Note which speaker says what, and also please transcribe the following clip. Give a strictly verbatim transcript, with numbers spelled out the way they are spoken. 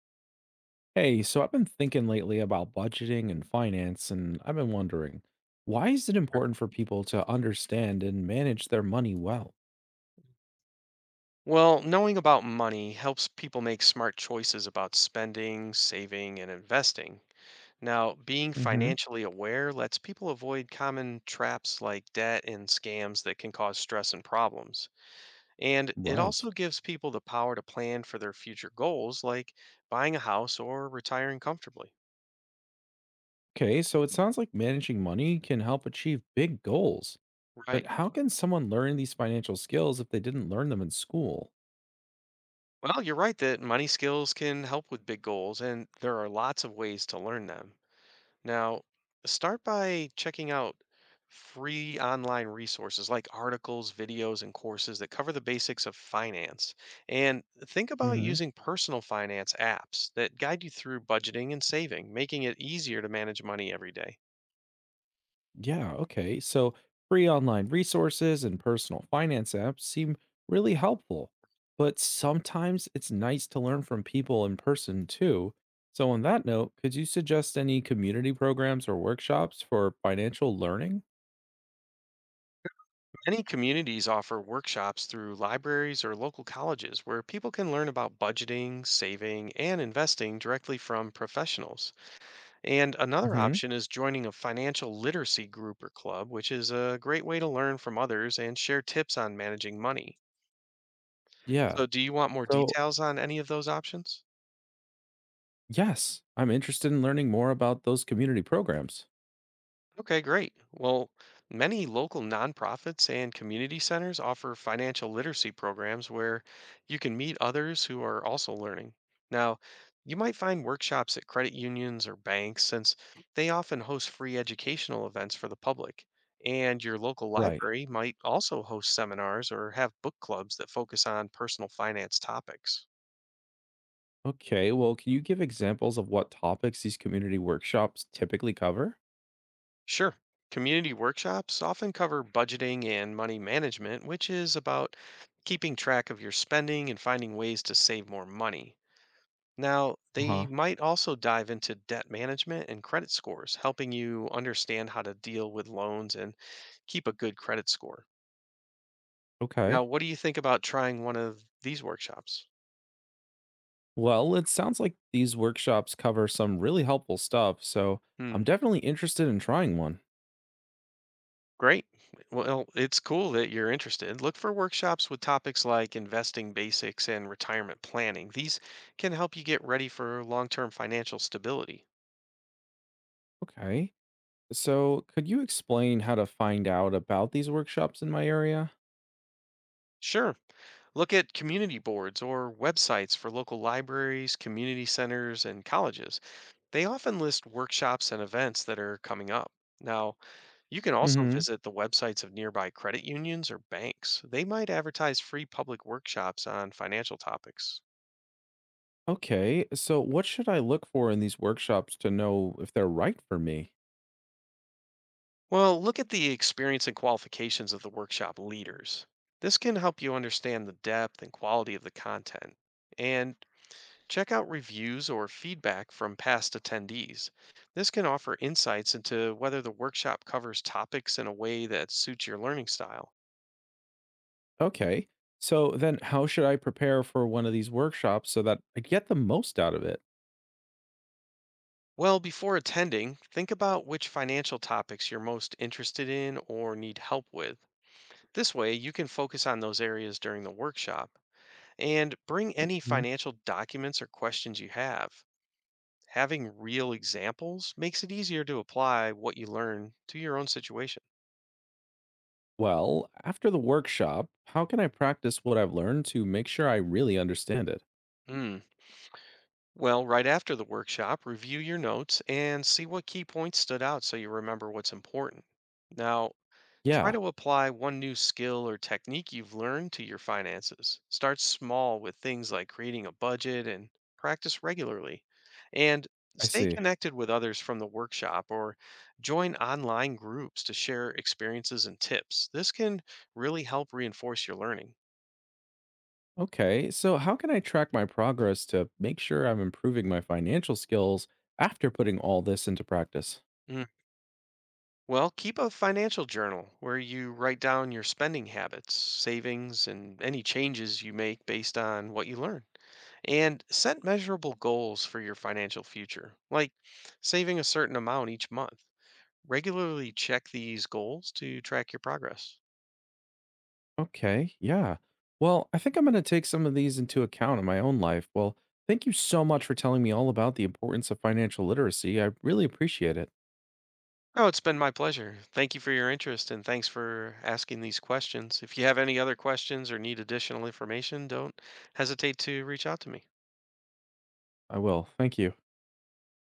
Speaker 1: Hey, so I've been thinking lately about budgeting and finance, and I've been wondering, why is it
Speaker 2: Sure.
Speaker 1: important for people to understand and manage their money well?
Speaker 2: Well, knowing about money helps people make smart choices about spending, saving, and investing. Now, being
Speaker 1: Hmm.
Speaker 2: financially aware lets people avoid common traps like debt and scams that can cause stress and problems. And it
Speaker 1: Right.
Speaker 2: also gives people the power to plan for their future goals, like buying a house or retiring comfortably.
Speaker 1: Okay, so it sounds like managing money can help achieve big goals, but
Speaker 2: Right.
Speaker 1: how can someone learn these financial skills if they didn't learn them in school?
Speaker 2: Well, you're right that money skills can help with big goals, and there are lots of ways to learn them. Now, start by checking out free online resources like articles, videos, and courses that cover the basics of finance. And think about using personal finance apps that guide you through budgeting and saving, making it easier to manage money every day.
Speaker 1: Yeah, okay. So free online resources and personal finance apps seem really helpful, but sometimes it's nice to learn from people in person too. So, on that note, could you suggest any community programs or workshops for financial learning?
Speaker 2: Many communities offer workshops through libraries or local colleges where people can learn about budgeting, saving, and investing directly from professionals. And another
Speaker 1: Hmm.
Speaker 2: option is joining a financial literacy group or club, which is a great way to learn from others and share tips on managing money.
Speaker 1: Yeah.
Speaker 2: So, do you want more
Speaker 1: So,
Speaker 2: details on any of those options?
Speaker 1: yes, I'm interested in learning more about those community programs.
Speaker 2: Okay, great. Well, many local nonprofits and community centers offer financial literacy programs where you can meet others who are also learning. Now, you might find workshops at credit unions or banks since they often host free educational events for the public. And your local
Speaker 1: Right.
Speaker 2: library might also host seminars or have book clubs that focus on personal finance topics.
Speaker 1: Okay. Well, can you give examples of what topics these community workshops typically cover?
Speaker 2: Sure. Community workshops often cover budgeting and money management, which is about keeping track of your spending and finding ways to save more money. Now,
Speaker 1: Uh huh.
Speaker 2: they might also dive into debt management and credit scores, helping you understand how to deal with loans and keep a good credit score. Now,
Speaker 1: Okay.
Speaker 2: what do you think about trying one of these workshops?
Speaker 1: Well, it sounds like these workshops cover some really helpful stuff, so
Speaker 2: Hmm.
Speaker 1: I'm definitely interested in trying one.
Speaker 2: Great. Well, it's cool that you're interested. Look for workshops with topics like investing basics and retirement planning. These can help you get ready for long term financial stability.
Speaker 1: Okay. So, could you explain how to find out about these workshops in my area?
Speaker 2: Sure. Look at community boards or websites for local libraries, community centers, and colleges. They often list workshops and events that are coming up. Now, you can also
Speaker 1: Mhm.
Speaker 2: visit the websites of nearby credit unions or banks. They might advertise free public workshops on financial topics.
Speaker 1: Okay. So, what should I look for in these workshops to know if they're right for me?
Speaker 2: Well, look at the experience and qualifications of the workshop leaders. This can help you understand the depth and quality of the content. And check out reviews or feedback from past attendees. This can offer insights into whether the workshop covers topics in a way that suits your learning style.
Speaker 1: Okay. So, then how should I prepare for one of these workshops so that I get the most out of it?
Speaker 2: Well, before attending, think about which financial topics you're most interested in or need help with. This way, you can focus on those areas during the workshop and bring any
Speaker 1: Mhm.
Speaker 2: financial documents or questions you have. Having real examples makes it easier to apply what you learn to your own situation.
Speaker 1: Well, after the workshop, how can I practice what I've learned to make sure I really understand it?
Speaker 2: Mm. Well, right after the workshop, review your notes and see what key points stood out so you remember what's important. Now, try
Speaker 1: Yeah,
Speaker 2: to apply one new skill or technique you've learned to your finances. Start small with things like creating a budget and practice regularly. And
Speaker 1: I
Speaker 2: stay
Speaker 1: see.
Speaker 2: connected with others from the workshop or join online groups to share experiences and tips. This can really help reinforce your learning.
Speaker 1: Okay, so how can I track my progress to make sure I'm improving my financial skills after putting all this into practice?
Speaker 2: Well, keep a financial journal where you write down your spending habits, savings, and any changes you make based on what you learn. And set measurable goals for your financial future, like saving a certain amount each month. Regularly check these goals to track your progress.
Speaker 1: Okay, yeah. Well, I think I'm going to take some of these into account in my own life. Well, thank you so much for telling me all about the importance of financial literacy. I really appreciate it.
Speaker 2: Oh, it's been my pleasure. Thank you for your interest and thanks for asking these questions. If you have any other questions or need additional information, don't hesitate to reach out to me.
Speaker 1: I will. Thank you.